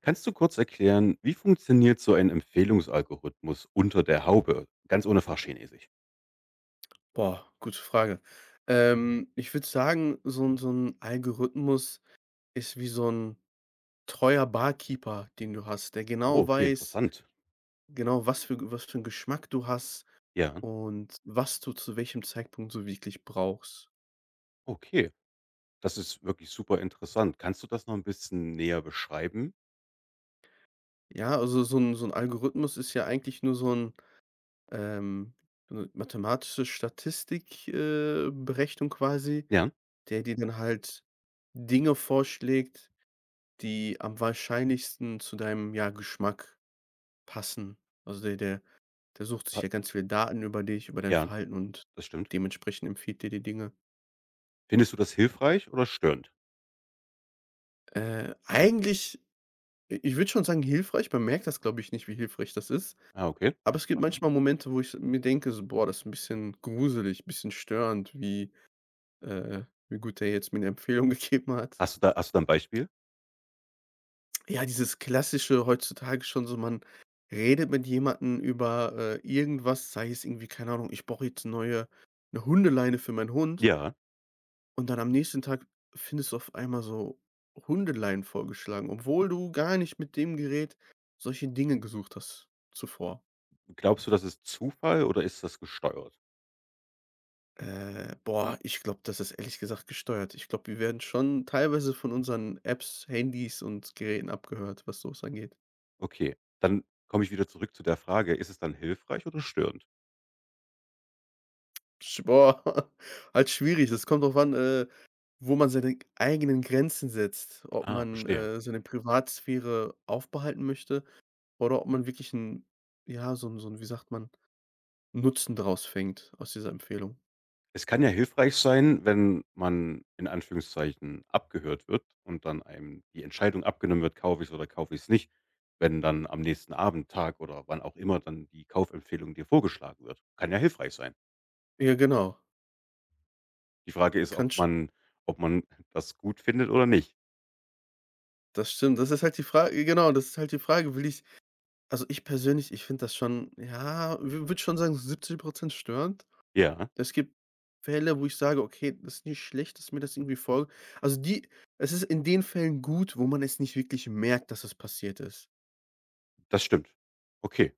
Kannst du kurz erklären, wie funktioniert so ein Empfehlungsalgorithmus unter der Haube? Ganz ohne Fachchinesisch. Boah, gute Frage. Ich würde sagen, so 'n Algorithmus ist wie so ein treuer Barkeeper, den du hast, der Oh, genau okay, weiß, interessant. genau was für einen Geschmack du hast Ja, und was du zu welchem Zeitpunkt so wirklich brauchst. okay. Das ist wirklich super interessant. Kannst du das noch ein bisschen näher beschreiben? Ja, also so ein Algorithmus ist ja eigentlich nur so ein ähm, so 'ne mathematische Statistik Berechnung quasi, Ja, der dir dann halt Dinge vorschlägt, die am wahrscheinlichsten zu deinem, ja, Geschmack passen. Also, der sucht sich pa- ja ganz viele Daten über dich, über dein ja, Verhalten und das stimmt. dementsprechend empfiehlt dir die Dinge. Findest du das hilfreich oder störend? Eigentlich, i ich würde schon sagen, hilfreich. Man merkt das, glaube ich, nicht, wie hilfreich das ist. Ah, okay, Aber es gibt interessant. Ja. manchmal Momente, wo ich mir denke, so: „Boah, das ist ein bisschen gruselig, ein bisschen störend, wie äh, wie gut der jetzt mir eine Empfehlung gegeben hat.“ Hast du da ein Beispiel? Ja, dieses Klassische heutzutage schon so, man redet mit jemandem über, irgendwas, sei es irgendwie, keine Ahnung: „Ich brauche jetzt neue eine Hundeleine für meinen Hund.“ Ja. Und dann am nächsten Tag findest du auf einmal so Hundeleien vorgeschlagen, obwohl du gar nicht mit dem Gerät solche Dinge gesucht hast zuvor. Glaubst du, das ist Zufall oder ist das gesteuert? Boah, ich glaube, das ist ehrlich gesagt gesteuert. Ich glaube, wir werden schon teilweise von unseren Apps, Handys und Geräten abgehört, was sowas angeht. Okay, dann komme ich wieder zurück zu der Frage, ist es dann hilfreich oder störend? Sch boah, halt schwierig. Das kommt drauf an, wo man seine eigenen Grenzen setzt, ob Ah, man, verstehe. Seine Privatsphäre aufbehalten möchte oder ob man wirklich ein, ja, so ein, wie sagt man Nutzen draus fängt aus dieser Empfehlung. Es kann ja hilfreich sein, wenn man in Anführungszeichen abgehört wird und dann einem die Entscheidung abgenommen wird, kaufe ich's oder kaufe ich es nicht, wenn dann am nächsten Abend, Tag oder wann auch immer dann die Kaufempfehlung dir vorgeschlagen wird. Kann ja hilfreich sein. Ja, genau. Die Frage ist, Kann st ob man das gut findet oder nicht. Das stimmt. Das ist halt die Frage, ja, genau, das ist halt die Frage, will ich, also, ich persönlich, ich finde das schon, ja, w würde schon sagen, so 70% störend. Ja, Es gibt Fälle, wo ich sage: „Okay, das ist nicht schlecht, dass mir das irgendwie vor“, also, die, es ist in den Fällen gut, wo man es nicht wirklich merkt, dass es passiert ist. das stimmt. Okay.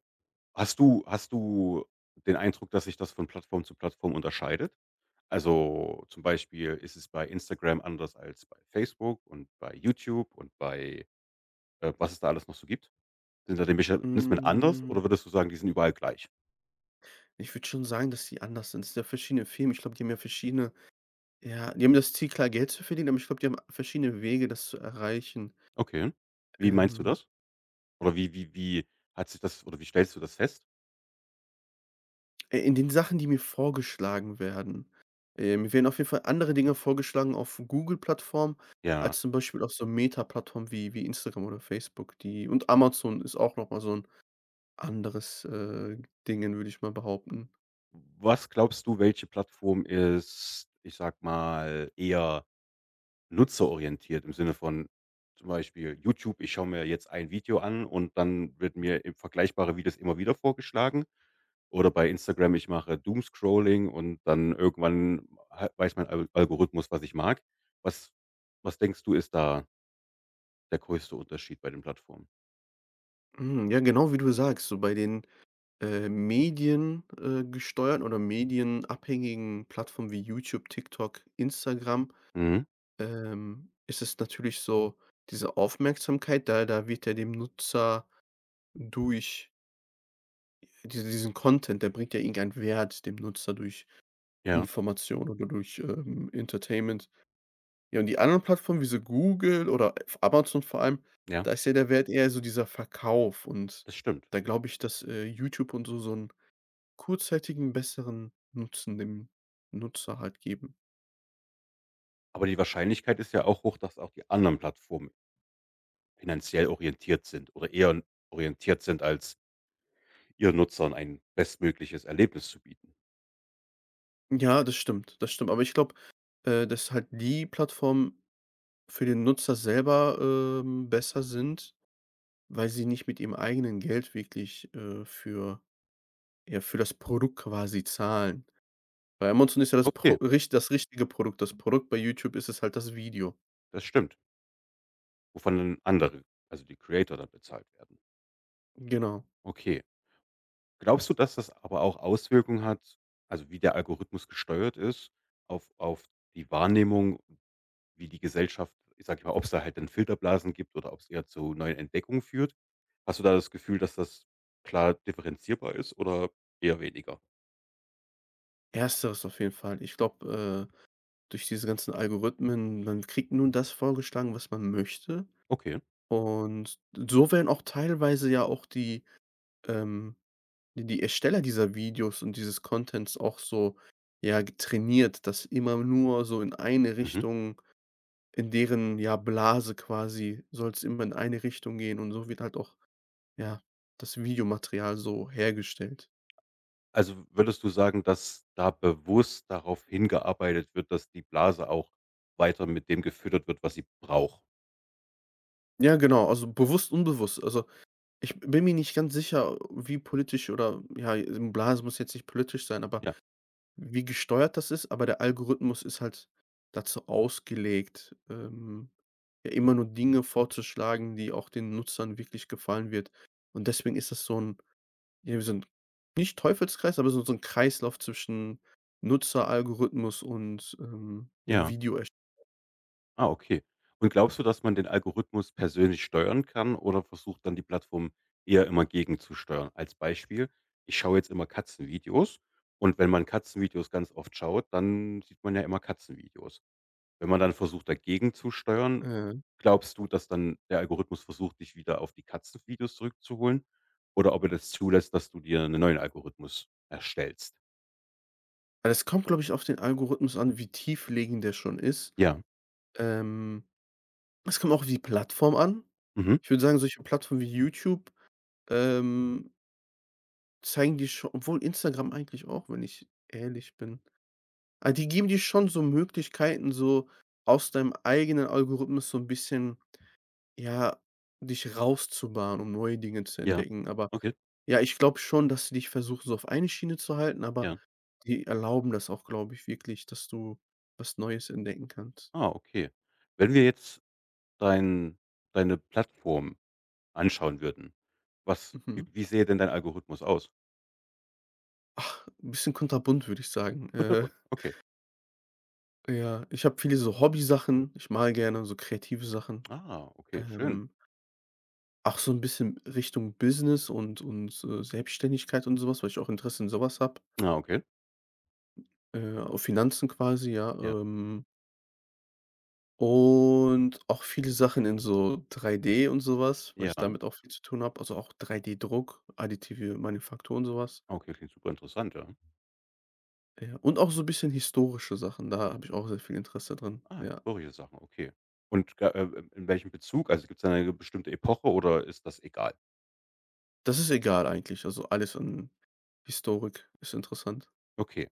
Hast du den Eindruck, dass sich das von Plattform zu Plattform unterscheidet? Also, zum Beispiel ist es bei Instagram anders als bei Facebook und bei YouTube und bei was es da alles noch so gibt? Sind da die Mechanismen anders Hm, oder würdest du sagen, die sind überall gleich? ich würde schon sagen, dass die anders sind. Es sind ja verschiedene Firmen. Ich glaube, die haben ja verschiedene, ja, die haben das Ziel, klar Geld zu verdienen, aber ich glaube, die haben verschiedene Wege, das zu erreichen. Okay. Wie meinst du Ähm, das? Oder wie hat sich das oder wie stellst du das fest? In den Sachen, die mir vorgeschlagen werden. Mir werden auf jeden Fall andere Dinge vorgeschlagen auf Google-Plattformen Ja. als zum Beispiel auf so Meta-Plattformen wie Instagram oder Facebook, die, und Amazon ist auch noch mal so ein anderes, Dingen, würde ich mal behaupten. Was glaubst du, welche Plattform ist, ich sag mal, eher nutzerorientiert im Sinne von zum Beispiel YouTube. Ich schaue mir jetzt ein Video an und dann wird mir eben vergleichbare Videos immer wieder vorgeschlagen. Oder bei Instagram, ich mache Doomscrolling und dann irgendwann weiß mein Al Algorithmus, was ich mag. Was, was denkst du, ist da der größte Unterschied bei den Plattformen? Hm, ja, genau wie du sagst, so bei den, Medien gesteuerten oder medienabhängigen Plattformen wie YouTube, TikTok, Instagram, Mhm. Ist es natürlich so, diese Aufmerksamkeit, da wird ja dem Nutzer durch diesen Content, der bringt ja irgendeinen Wert dem Nutzer durch Ja, Information oder durch, Entertainment. Ja, und die anderen Plattformen wie so Google oder Amazon vor allem, ja, da ist ja der Wert eher so dieser Verkauf, und das stimmt. da glaube ich, dass, YouTube und so einen kurzzeitigen besseren Nutzen dem Nutzer halt geben. Aber die Wahrscheinlichkeit ist ja auch hoch, dass auch die anderen Plattformen finanziell orientiert sind oder eher orientiert sind, als ihren Nutzern ein bestmögliches Erlebnis zu bieten. Ja, das stimmt, das stimmt. Aber ich glaube, dass halt die Plattformen für den Nutzer selber, besser sind, weil sie nicht mit ihrem eigenen Geld wirklich, für, ja, für das Produkt quasi zahlen. Bei Amazon ist ja das Pro Okay, rich das richtige Produkt. Das Produkt bei YouTube ist es halt das Video. das stimmt. Wovon dann andere, also die Creator dann bezahlt werden. Genau. Okay. Glaubst du, dass das aber auch Auswirkungen hat, also wie der Algorithmus gesteuert ist, auf die Wahrnehmung, wie die Gesellschaft ich sage mal, ob es da halt dann Filterblasen gibt oder ob es eher zu neuen Entdeckungen führt? Hast du da das Gefühl, dass das klar differenzierbar ist oder eher weniger? Ersteres auf jeden Fall. Ich glaube, durch diese ganzen Algorithmen, man kriegt nun das vorgeschlagen, was man möchte. Okay. Und so werden auch teilweise ja auch die, ähm die Ersteller dieser Videos und dieses Contents auch so, ja, trainiert, dass immer nur so in eine Mhm. Richtung, in deren, ja, Blase quasi, soll es immer in eine Richtung gehen, und so wird halt auch, ja, das Videomaterial so hergestellt. Also würdest du sagen, dass da bewusst darauf hingearbeitet wird, dass die Blase auch weiter mit dem gefüttert wird, was sie braucht? Ja, genau, also bewusst, unbewusst. Also, ich bin mir nicht ganz sicher, wie politisch oder, ja, Blase muss jetzt nicht politisch sein, aber Ja, wie gesteuert das ist, aber der Algorithmus ist halt dazu ausgelegt, ja, immer nur Dinge vorzuschlagen, die auch den Nutzern wirklich gefallen wird. Und deswegen ist das so 'n, ja, wie so 'n, nicht Teufelskreis, aber so so 'n Kreislauf zwischen Nutzeralgorithmus und, ja, ja. Video ersch Ah, okay. Und glaubst du, dass man den Algorithmus persönlich steuern kann oder versucht dann die Plattform eher immer gegenzusteuern? Als Beispiel, ich schaue jetzt immer Katzenvideos und wenn man Katzenvideos ganz oft schaut, dann sieht man ja immer Katzenvideos. Wenn man dann versucht, dagegen zu steuern, äh, glaubst du, dass dann der Algorithmus versucht, dich wieder auf die Katzenvideos zurückzuholen? Oder ob er das zulässt, dass du dir einen neuen Algorithmus erstellst? es kommt, glaube ich, auf den Algorithmus an, wie tieflegend der schon ist. Ja. Ähm, Es kommt auch auf die Plattform an. Mhm. Ich würde sagen, solche Plattformen wie YouTube, ähm, zeigen dir scho obwohl Instagram eigentlich auch, wenn ich ehrlich bin. Ah, die geben dir schon so Möglichkeiten, so aus deinem eigenen Algorithmus so 'n bisschen, ja, dich rauszubahnen, um neue Dinge zu Ja. entdecken, aber Okay. ja, ich glaube schon, dass sie dich versuchen, so auf eine Schiene zu halten, aber Ja. die erlauben das auch, glaube ich, wirklich, dass du was Neues entdecken kannst. Ah, okay. Wenn wir jetzt dein deine Plattform anschauen würden, was wie Mhm. wie sähe denn dein Algorithmus aus? Ach, ein bisschen kunterbunt, würde ich sagen. Kunterbunt, okay. Ja, ich habe viele so Hobbysachen. Ich male gerne, so kreative Sachen. Ah, okay, schön. Ähm, Auch so ein bisschen Richtung Business und, Selbstständigkeit und sowas, weil ich auch Interesse in so habe. Ah, okay. Auf Finanzen quasi, ja, Ja, und auch viele Sachen in so 3D und sowas, weil ich ja. damit auch viel zu tun habe, also auch 3D-Druck, additive Manufaktur und sowas. Okay, klingt super interessant ja. Ja, und auch so 'n bisschen historische Sachen, da habe ich auch sehr viel Interesse dran, Ah, ja. historische Sachen, okay. Und ga in welchem Bezug? Also, gibt es eine bestimmte Epoche oder ist das egal? Das ist egal eigentlich, also alles an Historik ist interessant. Okay.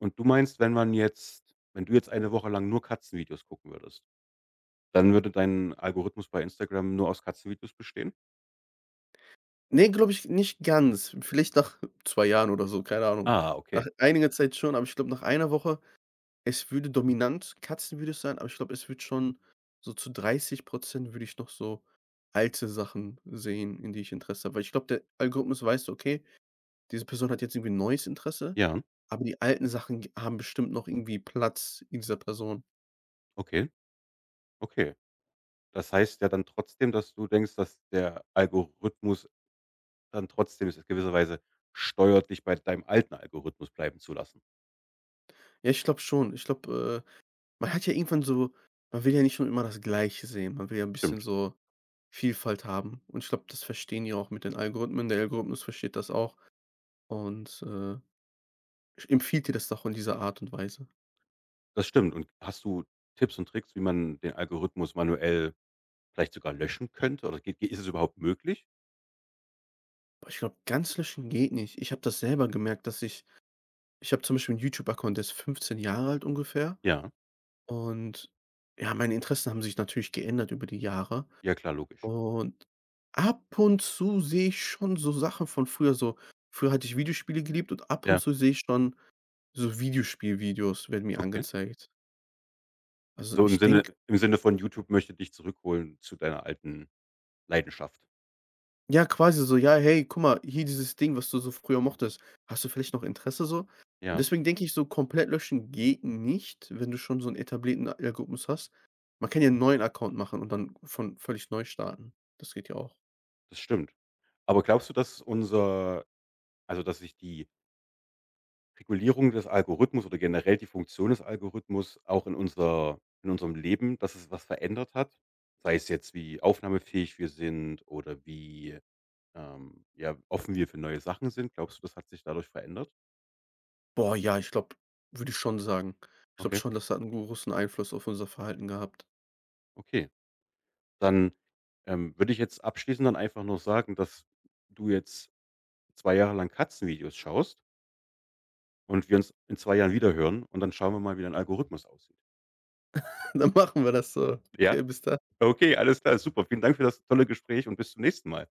Und du meinst, wenn man jetzt wenn du jetzt eine Woche lang nur Katzenvideos gucken würdest, dann würde dein Algorithmus bei Instagram nur aus Katzenvideos bestehen? Nee, glaube ich nicht ganz. Vielleicht nach 2 Jahren oder so, keine Ahnung. Ah, Nach okay. einiger Zeit schon, aber ich glaube, nach einer Woche. Es würde dominant Katzen würde es sein, aber ich glaube, es wird schon so zu 30% würde ich noch so alte Sachen sehen, in die ich Interesse habe. Weil ich glaube, der Algorithmus weiß so: „Okay, diese Person hat jetzt irgendwie 'n neues Interesse, Ja, aber die alten Sachen g haben bestimmt noch irgendwie Platz in dieser Person.“ okay, okay. Das heißt ja dann trotzdem, dass du denkst, dass der Algorithmus dann trotzdem es in gewisser Weise steuert, dich bei deinem alten Algorithmus bleiben zu lassen. Ja, ich glaube schon. Ich glaube, man hat ja irgendwann so, man will ja nicht schon immer das Gleiche sehen. Man will ja Das 'n bisschen stimmt. so Vielfalt haben. Und ich glaube, das verstehen die auch mit den Algorithmen. Der Algorithmus versteht das auch und, sch empfiehlt dir das auch in dieser Art und Weise. Das stimmt. Und hast du Tipps und Tricks, wie man den Algorithmus manuell vielleicht sogar löschen könnte oder geht ist es überhaupt möglich? Boah, ich glaube, ganz löschen geht nicht. Ich habe das selber gemerkt, dass ich habe zum Beispiel einen YouTube-Account, der ist 15 Jahre alt ungefähr, Ja. und ja, meine Interessen haben sich natürlich geändert über die Jahre, Ja klar, logisch. und ab und zu sehe ich schon so Sachen von früher, so, früher hatte ich Videospiele geliebt und ab und Ja, zu sehe ich schon so Videospielvideos werden mir okay. angezeigt. Also, So ich denke, im Sinne von YouTube möchte dich zurückholen zu deiner alten Leidenschaft. ja, quasi so: „Ja, hey, guck mal, hier dieses Ding, was du so früher mochtest. Hast du vielleicht noch Interesse so?“ Und Ja, deswegen denke ich so, komplett löschen geht nicht, wenn du schon so einen etablierten Algorithmus hast. Man kann ja 'n neuen Account machen und dann von völlig neu starten. Das geht ja auch. das stimmt. Aber glaubst du, dass unser also, dass sich die Regulierung des Algorithmus oder generell die Funktion des Algorithmus auch in unser in unserem Leben, dass es was verändert hat? Sei es jetzt, wie aufnahmefähig wir sind oder wie, ja, offen wir für neue Sachen sind. Glaubst du, das hat sich dadurch verändert? Boah, ja, ich glaube, würde ich schon sagen. Ich glaube Okay, schon, das hat einen großen Einfluss auf unser Verhalten gehabt. okay. Dann, würde ich jetzt abschließend dann einfach nur sagen, dass du jetzt 2 Jahre lang Katzenvideos schaust und wir uns in 2 Jahren wiederhören und dann schauen wir mal, wie dein Algorithmus aussieht. Dann machen wir das so. Ja? Okay, bis dann. Okay, alles klar, super. Vielen Dank für das tolle Gespräch und bis zum nächsten Mal.